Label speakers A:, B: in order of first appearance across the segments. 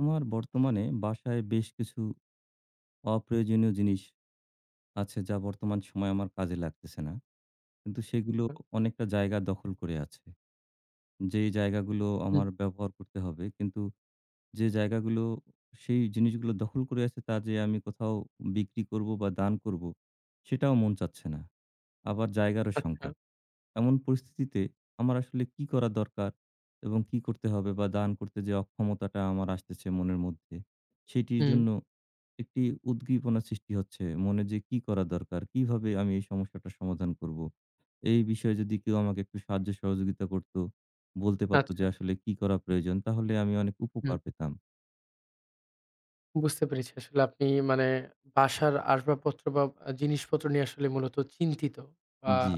A: আমার বর্তমানে বাসায় বেশ কিছু অপ্রয়োজনীয় জিনিস আছে যা বর্তমান সময়ে আমার কাজে লাগতেছে না। কিন্তু সেগুলো অনেকটা জায়গা দখল করে আছে। যেই জায়গাগুলো
B: হুম,
A: আমার ব্যবহার করতে হবে কিন্তু যে জায়গাগুলো সেই জিনিসগুলো দখল করে আছে তা যে আমি কোথাও বিক্রি করব বা দান করব সেটাও মন চাচ্ছে না। আবার জায়গারও
B: আ
A: সংকট। এমন পরিস্থিতিতে আমার আসলে কি করা দরকার এবং কি করতে হবে বা দান করতে যে অক্ষমতাটা আমার আসতেছে মনের মধ্যে সেটির
B: হুম,
A: জন্য একটি উদ্দীপনা সৃষ্টি হচ্ছে। মনে যে কি করা দরকার? কিভাবে আমি এই সমস্যাটার সমাধান করব? এই বিষয়ে যদি কেউ আমাকে একটু সাহায্য সহযোগিতা করত, বলতে পারত যে
B: আচ্ছা।
A: আসলে কি করা প্রয়োজন? তাহলে আমি অনেক
B: হুম,
A: উপকার পেতাম।
B: বুঝতে পেরেছি। আসলে আপনি মানে বাসার আসবাবপত্র বা জিনিসপত্র নিয়ে আসলে মূলত চিন্তিত। বা
A: জি,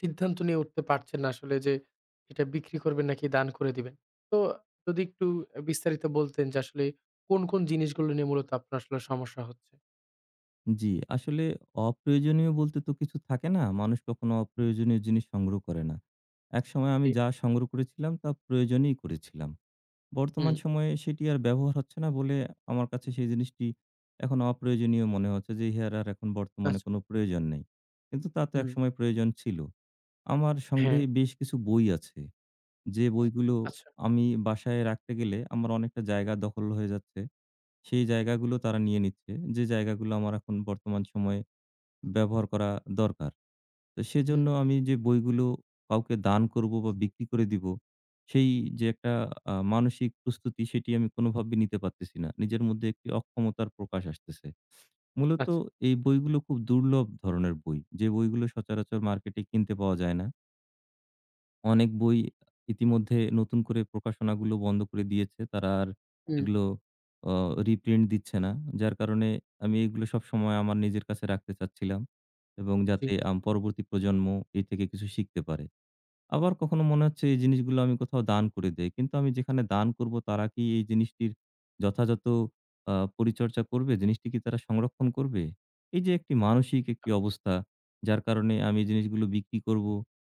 B: সিদ্ধান্ত নিয়ে উঠতে পারছেন না আসলে যে এটা বিক্রি করবেন নাকি দান করে দিবেন। তো যদি একটু বিস্তারিত বলতেন যে আসলে কোন জিনিসগুলো নিয়ে মূলত আপনার আসলে সমস্যা হচ্ছে?
A: জি। আসলে অপ্রয়োজনীয় বলতে তো কিছু থাকে না। মানুষ কখনো অপ্রয়োজনীয় জিনিস সংগ্রহ করে না। একসময় আমি
B: জি,
A: যা সংগ্রহ করেছিলাম তা প্রয়োজনেই করেছিলাম।
B: হুম,
A: বর্তমান সময়ে সেটি আর ব্যবহার হচ্ছে না বলে আমার কাছে সেই জিনিসটি এখন অপ্রয়োজনীয় মনে হচ্ছে যে ইহার আর এখন বর্তমানে
B: আচ্ছা,
A: কোনো প্রয়োজন নেই। কিন্তু তা তো
B: হুম,
A: একসময় প্রয়োজন ছিল। আমার
B: হ্যাঁ,
A: সংগ্রহে বেশ কিছু বই আছে যে বইগুলো
B: আচ্ছা,
A: আমি বাসায় রাখতে গেলে আমার অনেকটা জায়গা দখল হয়ে যাচ্ছে। সেই জায়গাগুলো তারা নিয়ে নিচ্ছে যে জায়গাগুলো আমার এখন বর্তমান সময়ে ব্যবহার করা দরকার। তো
B: হুম,
A: সেজন্য আমি যে বইগুলো কাউকে দান করব বা বিক্রি করে দিব, সেই যে একটা মানসিক প্রস্তুতি সেটি আমি কোনোভাবে নিতে পারতেছি না। নিজের মধ্যে একটি অক্ষমতার প্রকাশ আসতেছে। মূলত
B: আচ্ছা,
A: এই বইগুলো খুব দুর্লভ ধরনের বই। যে বইগুলো সচরাচর মার্কেটে কিনতে পাওয়া যায় না। অনেক বই ইতিমধ্যে নতুন করে প্রকাশনাগুলো বন্ধ করে দিয়েছে। তারা আর
B: হুম,
A: এগুলো অ রিপ্রিন্ট দিচ্ছে না। যার কারণে আমি এগুলো সবসময় আমার নিজের কাছে রাখতে চাচ্ছিলাম এবং
B: জি,
A: যাতে পরবর্তী প্রজন্ম এ থেকে কিছু শিখতে পারে। আবার কখনো মনে হচ্ছে এই জিনিসগুলো আমি কোথাও দান করে দেই। কিন্তু আমি যেখানে দান করব তারা কি এই জিনিসটির যথাযথ পরিচর্যা করবে? জিনিসটি কি তারা সংরক্ষণ করবে? এই যে একটি মানসিক
B: আ
A: একটি অবস্থা যার কারণে আমি এই জিনিসগুলো বিক্রি করব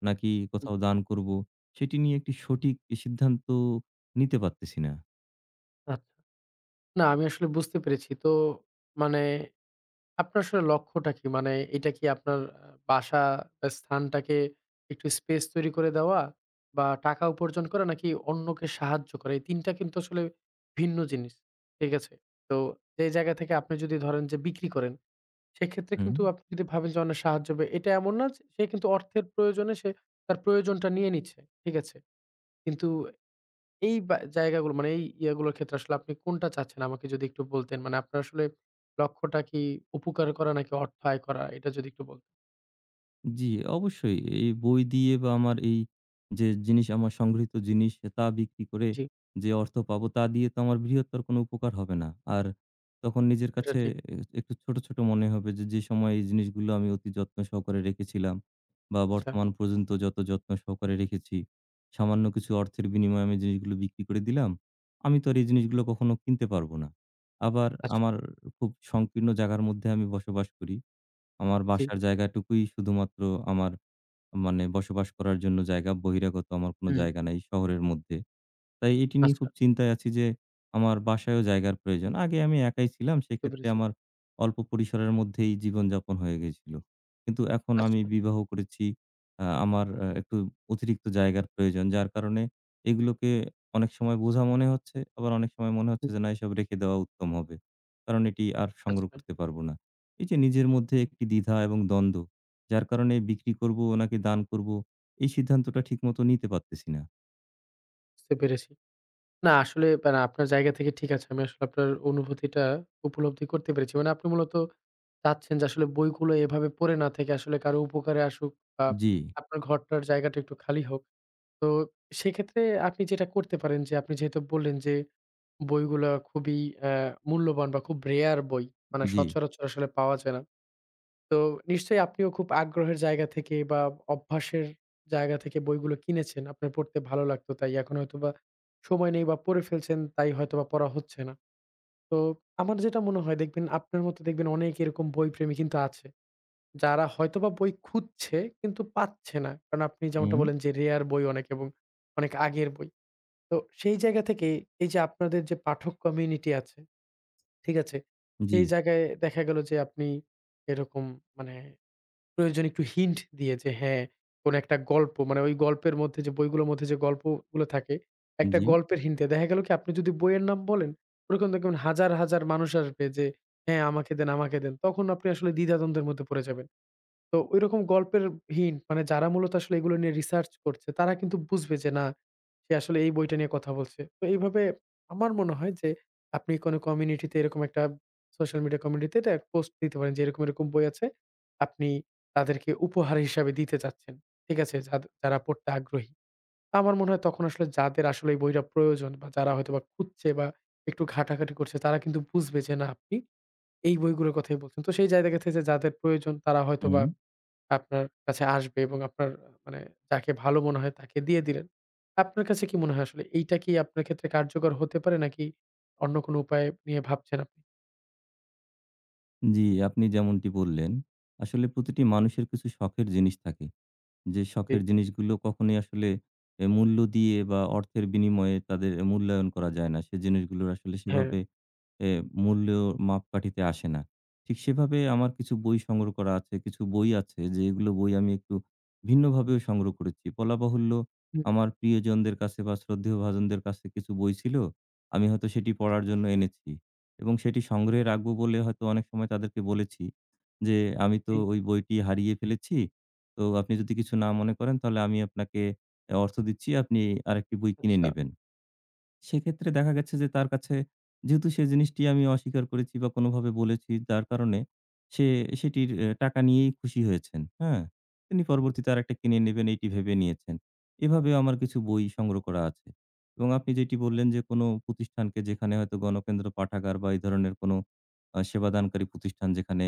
A: নাকি
B: হুম,
A: কোথাও দান করব সেটি নিয়ে একটি সঠিক সিদ্ধান্ত নিতে পারতেছি না।
B: আচ্ছা। না আমি আসলে বুঝতে পেরেছি। তো মানে আপনার আসলে লক্ষ্যটা কি? মানে এটা কি আপনার বাসা বা স্থানটাকে একটু স্পেস তৈরি করে দেওয়া বা টাকা উপার্জন করা নাকি অন্যকে সাহায্য করা? এই ৩ টা কিন্তু আসলে ভিন্ন জিনিস। ঠিক আছে? তো যে জায়গা থেকে আপনি যদি ধরেন যে বিক্রি করেন, সেক্ষেত্রে
A: হুম।
B: কিন্তু আপনি যদি ভাবেন যে অন্যের সাহায্য হবে, এটা এমন না যে সে কিন্তু অর্থের প্রয়োজনে সে তার প্রয়োজনটা নিয়ে নিচ্ছে। ঠিক আছে? কিন্তু এই বা জায়গাগুলো মানে এই ইয়েগুলোর ক্ষেত্রে আসলে আপনি কোনটা চাচ্ছেন আমাকে যদি একটু বলতেন? মানে আপনার আসলে লক্ষ্যটা কি উপকার করা নাকি অর্থ আয় করা? এটা যদি একটু বলতেন।
A: জি, অবশ্যই। এই বই দিয়ে বা আমার এই যে জিনিস আমার সংগৃহীত জিনিস তা বিক্রি করে
B: জি,
A: যে অর্থ পাবো তা দিয়ে তো আমার বৃহত্তর কোনো উপকার হবে না। আর তখন নিজের
B: এটা
A: কাছে
B: ঠিক।
A: এ একটু ছোট, ছোট মনে হবে যে, যে সময় এই জিনিসগুলো আমি অতি যত্ন সহকারে রেখেছিলাম বা
B: আচ্ছা,
A: বর্তমান পর্যন্ত যত যত্ন সহকারে রেখেছি, সামান্য কিছু অর্থের বিনিময়ে আমি জিনিসগুলো বিক্রি করে দিলাম। আমি তো আর এই জিনিসগুলো কখনো কিনতে পারবো না। আবার
B: আচ্ছা।
A: আমার খুব সংকীর্ণ জায়গার মধ্যে আমি বসবাস করি। আমার
B: জি,
A: বাসার জায়গাটুকুই শুধুমাত্র আমার মানে বসবাস করার জন্য জায়গা। বহিরাগত আমার কোনো
B: হুম,
A: জায়গা নাই শহরের মধ্যে। তাই এটি নিয়ে
B: আচ্ছা
A: খুব চিন্তায় আছি যে আমার বাসায়ও জায়গার প্রয়োজন। আগে আমি একাই ছিলাম
B: বুঝতে
A: সেক্ষেত্রে
B: পেরেছি।
A: আমার অল্প পরিসরের মধ্যেই জীবনযাপন হয়ে গেছিল। কিন্তু এখন
B: আচ্ছা,
A: আমি বিবাহ করেছি। আমার একটু অতিরিক্ত জায়গার প্রয়োজন। যার কারণে এগুলোকে অনেক সময় বোঝা মনে হচ্ছে, আবার অনেক সময় মনে হচ্ছে
B: হুম,
A: যে না এসব রেখে দেওয়া উত্তম হবে। কারণ এটি আর সংগ্রহ
B: আচ্ছা
A: করতে পারব না। এই যে নিজের মধ্যে একটি দ্বিধা এবং দ্বন্দ্ব, যার কারণে বিক্রি করব নাকি দান করব এই সিদ্ধান্তটা ঠিকমতো নিতে পারতেছি না।
B: বুঝতে পেরেছি। না আসলে মানে আপনার জায়গা থেকে ঠিক আছে। আমি আসলে আপনার অনুভূতিটা উপলব্ধি করতে পেরেছি। মানে আপনি মূলত চাচ্ছেন যে আসলে বইগুলো এভাবে পড়ে না থেকে আসলে কারো উপকারে আসুক বা
A: জি,
B: আপনার ঘরটার জায়গাটা একটু খালি হোক। তো সেক্ষেত্রে আপনি যেটা করতে পারেন যে আপনি যেহেতু বললেন যে বইগুলা খুবই মূল্যবান বা খুব রেয়ার বই। মানে
A: জি।
B: সচরাচর আসলে পাওয়া যায় না। তো নিশ্চয়ই আপনিও খুব আগ্রহের জায়গা থেকে বা অভ্যাসের জায়গা থেকে বইগুলো কিনেছেন। আপনার পড়তে ভালো লাগতো তাই এখন হয়তোবা সময় নেই বা পড়ে ফেলছেন তাই হয়তোবা পড়া হচ্ছে না। তো আমার যেটা মনে হয় দেখবেন আপনার মতো দেখবেন অনেক এরকম বইপ্রেমী কিন্তু আছে। যারা হয়তোবা বই খুঁজছে কিন্তু পাচ্ছে না। কারণ আপনি যেমনটা
A: হুম,
B: বললেন যে রেয়ার বই অনেক এবং অনেক আগের বই। তো সেই জায়গা থেকে এই যে আপনাদের যে পাঠক কমিউনিটি আছে, ঠিক আছে?
A: জি,
B: সেই জায়গায় দেখা গেল যে আপনি এরকম মানে প্রয়োজন একটু হিন্ট দিয়ে যে হ্যাঁ, কোনো একটা গল্প মানে ওই গল্পের মধ্যে যে বইগুলোর মধ্যে যে গল্পগুলো থাকে, একটা
A: জি,
B: গল্পের হিন্ট দেয়া। দেখা গেল কি আপনি যদি বইয়ের নাম বলেন, ওরকম দেখবেন হাজার, হাজার মানুষ আসবে যে, "হ্যাঁ, আমাকে দেন, আমাকে দেন।" তখন আপনি আসলে দ্বিধাদ্বন্দ্বের মধ্যে পড়ে যাবেন। তো ঐরকম গল্পের হিন্ট মানে যারা মূলত আসলে এগুলো নিয়ে রিসার্চ করছে, তারা কিন্তু বুঝবে যে না, সে আসলে এই বইটা নিয়ে কথা বলছে। তো এইভাবে আমার মনে হয় যে আপনি কোনো কমিউনিটিতে এরকম একটা সোশ্যাল মিডিয়া কমিউনিটিতে এটা পোস্ট দিতে পারেন যে এরকম বই আছে। আপনি তাদেরকে উপহার হিসাবে দিতে চাচ্ছেন। ঠিক আছে? যারা পড়তে আগ্রহী। আমার মনে হয় তখন আসলে যাদের আসলে এই বইটা প্রয়োজন বা যারা হয়তোবা খুঁজছে বা একটু ঘাটাঘাটি করছে তারা কিন্তু বুঝবে যে না আপনি এই বইগুলোর কথাই বলছেন। তো সেই জায়গা থেকে যাদের প্রয়োজন তারা হয়তোবা
A: হুম,
B: আপনার কাছে আসবে এবং আপনার মানে যাকে ভালো মনে হয় তাকে দিয়ে দিলেন। আপনার কাছে কি মনে হয় আসলে এইটা কি আপনার ক্ষেত্রে কার্যকর হতে পারে নাকি অন্য কোনো উপায় নিয়ে ভাবছেন আপনি?
A: জি, আপনি যেমনটি বললেন, আসলে প্রতিটি মানুষের কিছু শখের জিনিস থাকে। যে
B: জি,
A: শখের জিনিসগুলো কখনোই আসলে মূল্য দিয়ে বা অর্থের বিনিময়ে তাদের মূল্যায়ন করা যায় না। সে জিনিসগুলোর আসলে
B: হ্যাঁ।
A: সেভাবে এ মূল্য মাপকাঠিতে আসে না। ঠিক সেভাবে আমার কিছু বই সংগ্রহ করা আছে। কিছু বই আছে যেগুলো বই আমি একটু ভিন্নভাবেও সংগ্রহ করেছি। বলা বাহুল্য
B: হুম,
A: আমার প্রিয়জনদের কাছে বা শ্রদ্ধেয় ভাজনদের কাছে কিছু বই ছিল। আমি হয়তো সেটি
B: আচ্ছা,
A: পড়ার জন্য এনেছি এবং সেটি সংগ্রহে রাখবো বলে হয়তো অনেক সময় তাদেরকে বলেছি যে, "আমি তো
B: জি,
A: ওই বইটি হারিয়ে ফেলেছি। তো আপনি যদি কিছু না মনে করেন তাহলে আমি আপনাকে অর্থ দিচ্ছি। আপনি আরেকটি বই কিনে
B: আচ্ছা,
A: নেবেন।" সেক্ষেত্রে দেখা গেছে যে তার কাছে যেহেতু সে জিনিসটি আমি অস্বীকার করেছি বা কোনোভাবে বলেছি যার কারণে সে সেটির টাকা নিয়েই খুশি হয়েছেন। হ্যাঁ? তিনি পরবর্তীতে আরেকটা কিনে নেবেন এইটি ভেবে নিয়েছেন। এভাবেও আমার কিছু বই সংগ্রহ করা আছে। এবং আপনি যেটি বললেন যে কোনো প্রতিষ্ঠানকে যেখানে হয়তো গণকেন্দ্র পাঠাগার বা এই ধরনের কোনো সেবাদানকারী প্রতিষ্ঠান যেখানে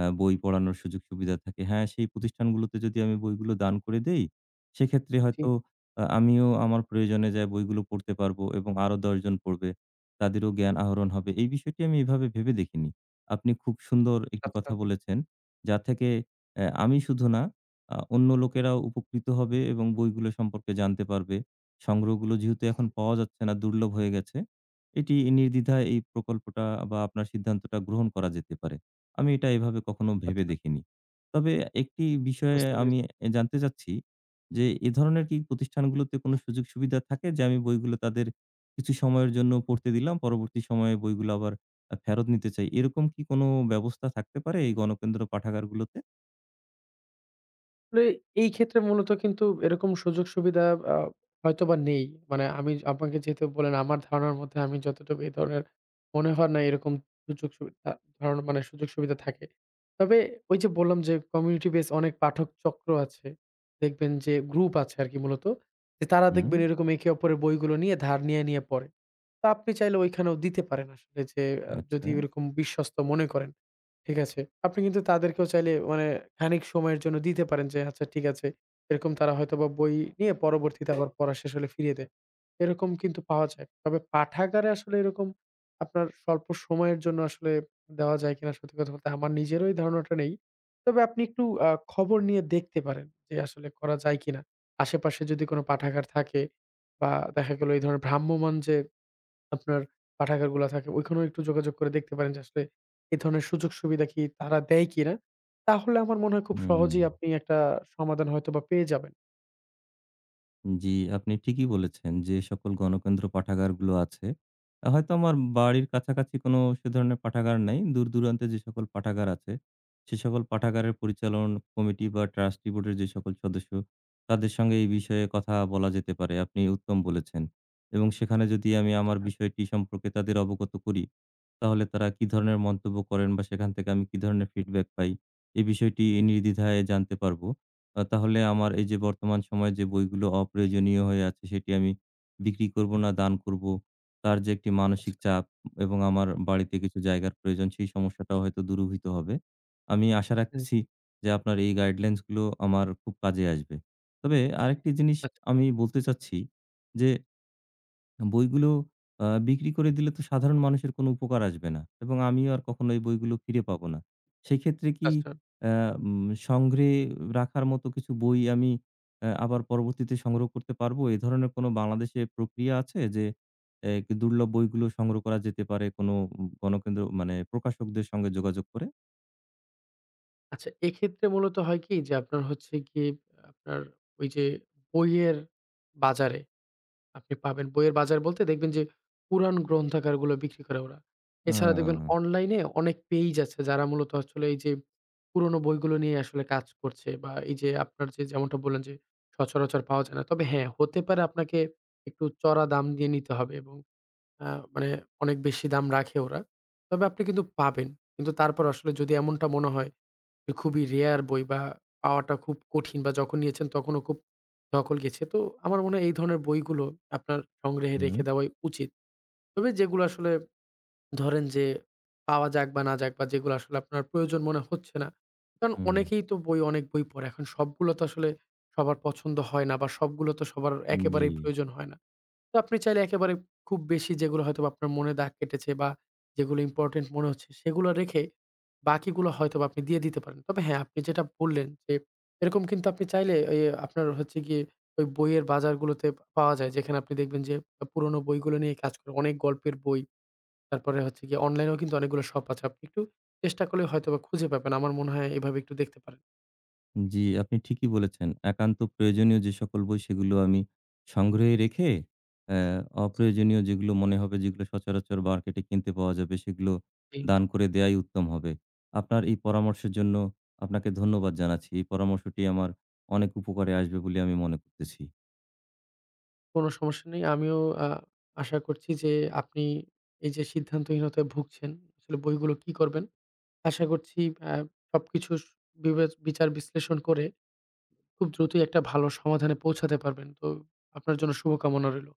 A: বই পড়ানোর সুযোগ সুবিধা থাকে। হ্যাঁ, সেই প্রতিষ্ঠানগুলোতে যদি আমি বইগুলো দান করে দেই, সেক্ষেত্রে
B: জি,
A: হয়তো আমিও আমার প্রয়োজনে যা বইগুলো পড়তে পারবো এবং আরো ১০ জন পড়বে। তাদেরও জ্ঞান আহরণ হবে। এই বিষয়টি আমি এভাবে ভেবে দেখিনি। আপনি খুব সুন্দর একটি
B: আচ্ছা,
A: কথা বলেছেন। যা থেকে আমি শুধু না অন্য লোকেরাও উপকৃত হবে এবং বইগুলো সম্পর্কে জানতে পারবে। সংগ্রহগুলো যেহেতু এখন পাওয়া যাচ্ছে না, দুর্লভ হয়ে গেছে। এটি নির্দ্বিধায় এই প্রকল্পটা বা আপনার সিদ্ধান্তটা গ্রহণ করা যেতে পারে। আমি এটা এভাবে কখনো ভেবে
B: আচ্ছা
A: দেখিনি। তবে একটি বিষয়ে
B: বুঝতে
A: আমি
B: পেরেছি।
A: জানতে চাচ্ছি যে এ ধরনের কি প্রতিষ্ঠানগুলোতে কোনো সুযোগ সুবিধা থাকে যে আমি বইগুলো তাদের কিছু সময়ের জন্য পড়তে দিলাম, পরবর্তী সময়ে বইগুলো আবার ফেরত নিতে চাই। এরকম কি কোনো ব্যবস্থা থাকতে পারে এই গণকেন্দ্র পাঠাগারগুলোতে?
B: আসলে এই ক্ষেত্রে মূলত কিন্তু এরকম সুযোগ সুবিধা আ হয়তোবা নেই। মানে আমি আপনাকে যেহেতু বললেন আমার ধারণার মধ্যে আমি যতটুকু এই ধরনের মনে হয় না এরকম সুযোগ সুবিধা ধারণা মানে সুযোগ সুবিধা থাকে। তবে ওই যে বললাম যে কমিউনিটি বেস অনেক পাঠক চক্র আছে। দেখবেন যে গ্রুপ আছে আরকি মূলত। যে তারা
A: হুম,
B: দেখবেন এরকম একে অপরের বইগুলো নিয়ে ধার নিয়ে পড়ে। তো আপনি চাইলে ওইখানেও দিতে পারেন আসলে যে যদি
A: আচ্ছা,
B: এরকম বিশ্বস্ত মনে করেন। ঠিক আছে। আপনি কিন্তু তাদেরকেও চাইলে মানে খানিক সময়ের জন্য দিতে পারেন যে, আচ্ছা ঠিক আছে। এরকম তারা হয়তোবা বই নিয়ে পরবর্তীতে আবার পড়া শেষ হলে ফিরিয়ে দেয়। এরকম কিন্তু পাওয়া যায়। তবে পাঠাগারে আসলে এরকম আপনার স্বল্প সময়ের জন্য আসলে দেওয়া যায় কিনা সত্যি কথা বলতে আমার নিজেরও এই ধারণাটা নেই। তবে আপনি একটু খবর নিয়ে দেখতে পারেন যে, আসলে করা যায় কিনা? আশেপাশে যদি কোনো পাঠাগার থাকে বা দেখা গেল এই ধরনের ভ্রাম্যমান যে আপনার পাঠাগারগুলা থাকে ওইখানেও একটু যোগাযোগ করে দেখতে পারেন যে আসলে এ ধরনের সুযোগ সুবিধা কি তারা দেয় কিনা? তাহলে আমার মনে হয় খুব
A: হুম।
B: সহজেই আপনি একটা সমাধান হয়তোবা পেয়ে যাবেন।
A: জি, আপনি ঠিকই বলেছেন যে সকল গণকেন্দ্র পাঠাগারগুলো আছে। আহ, হয়তো আমার বাড়ির কাছাকাছি কোনো সে ধরনের পাঠাগার নাই। দূর-দূরান্তে যে সকল পাঠাগার আছে, সে সকল পাঠাগারের পরিচালন কমিটি বা ট্রাস্টি বোর্ডের যে সকল সদস্য, তাদের সঙ্গে এই বিষয়ে কথা বলা যেতে পারে। আপনি উত্তম বলেছেন। এবং সেখানে যদি আমি আমার
B: আ
A: বিষয়টি সম্পর্কে তাদের অবগত করি, তাহলে তারা কি ধরনের মন্তব্য করেন বা সেখান থেকে আমি কি ধরনের ফিডব্যাক পাই, এই বিষয়টি
B: হুম,
A: নির্দ্বিধায় জানতে পারবো। তাহলে আমার এই যে বর্তমান সময়ে যে বইগুলো অপ্রয়োজনীয় হয়ে আছে সেটি আমি বিক্রি করব না দান করব। তার যে একটি মানসিক
B: আচ্ছা,
A: চাপ এবং আমার বাড়িতে কিছু জায়গার প্রয়োজন সেই সমস্যাটাও হয়তো দূরীভূত হবে। আমি আশা
B: হুম,
A: রাখতেছি যে আপনার এই গাইডলাইনস গুলো আমার খুব কাজে আসবে। তবে আরেকটি জিনিস
B: আচ্ছা,
A: আমি বলতে চাচ্ছি যে বইগুলো বিক্রি করে দিলে তো সাধারণ মানুষের কোনো উপকার আসবে না এবং আমিও আর কখনো এই বইগুলো ফিরে পাবো না। সেক্ষেত্রে কি
B: আচ্ছা।
A: আ উম সংগ্রহে রাখার মতো কিছু বই আমি আবার পরবর্তীতে সংগ্রহ করতে পারবো? এ ধরনের কোনো বাংলাদেশে প্রক্রিয়া আছে যে, এ দুর্লভ বইগুলো সংগ্রহ করা যেতে পারে কোনো গণকেন্দ্র মানে প্রকাশকদের সঙ্গে যোগাযোগ করে?
B: আচ্ছা, এক্ষেত্রে মূলত হয় কি যে আপনার হচ্ছে গিয়ে আপনার ওই যে বইয়ের বাজারে আপনি পাবেন। বইয়ের বাজার বলতে দেখবেন যে পুরাণ গ্রন্থাগারগুলো বিক্রি করে ওরা।
A: আ
B: এছাড়া দেখবেন অনলাইনে অনেক পেইজ আছে যারা মূলত আসলে এই যে পুরনো বইগুলো নিয়ে আসলে কাজ করছে বা এই যে আপনার যে যেমনটা বললেন যে সচরাচর পাওয়া যায় না। তবে হ্যাঁ, হতে পারে আপনাকে একটু চড়া দাম দিয়ে নিতে হবে এবং আ মানে অনেক বেশি দাম রাখে ওরা। তবে আপনি কিন্তু পাবেন। কিন্তু তারপর আসলে যদি এমনটা মনে হয় খুবই রেয়ার বই বা পাওয়াটা খুব কঠিন বা যখন নিয়েছেন তখনও খুব ধকল গেছে। তো আমার মনে হয় এই ধরনের বইগুলো আপনার সংগ্রহে
A: হুম,
B: রেখে দেওয়াই উচিত। তবে যেগুলো আসলে ধরেন যে পাওয়া যাক বা না যাক বা যেগুলো আসলে আপনার প্রয়োজন মনে হচ্ছে না। কারণ
A: হুম,
B: অনেক বই পড়ে। এখন সবগুলো তো আসলে সবার পছন্দ হয় না বা সবগুলো তো সবার
A: জি।
B: একেবারেই প্রয়োজন হয় না। তো আপনি চাইলে একেবারে খুব বেশি যেগুলো হয়তোবা আপনার মনে দাগ কেটেছে বা যেগুলো ইম্পোর্টেন্ট মনে হচ্ছে সেগুলো রেখে বাকিগুলো হয়তোবা আপনি দিয়ে দিতে পারেন। তবে হ্যাঁ, আপনি যেটা বললেন যে এরকম কিন্তু আপনি চাইলে ওই আপনার হচ্ছে গিয়ে ওই বইয়ের বাজারগুলোতে পাওয়া যায়। যেখানে আপনি দেখবেন যে পুরনো বইগুলো নিয়ে কাজ করে। অনেক গল্পের বই, তারপরে হচ্ছে গিয়ে অনলাইনেও কিন্তু অনেকগুলো শপ আছে। আপনি একটু চেষ্টা করলে হয়তোবা খুঁজে পাবেন। আমার মনে হয় এভাবে একটু দেখতে পারেন।
A: জি, আপনি ঠিকই বলেছেন। একান্ত প্রয়োজনীয় যে সকল বই সেগুলো আমি সংগ্রহে রেখে অ্যা অপ্রয়োজনীয় যেগুলো মনে হবে যেগুলো সচরাচর মার্কেটে কিনতে পাওয়া যাবে সেগুলো
B: জি।
A: দান করে দেয়াই উত্তম হবে। আপনার এই পরামর্শের জন্য আপনাকে ধন্যবাদ জানাচ্ছি। এই পরামর্শটি আমার অনেক উপকারে আসবে বলে আমি মনে করতেছি।
B: কোনো সমস্যা নেই। আমিও আ আশা করছি যে আপনি এই যে সিদ্ধান্তহীনতায় ভুগছেন, আসলে বইগুলো কি করবেন? আশা করছি আ সবকিছু বিচার বিশ্লেষণ করে খুব দ্রুতই একটা ভালো সমাধানে পৌঁছাতে পারবেন। তো আপনার জন্য শুভকামনা রইল।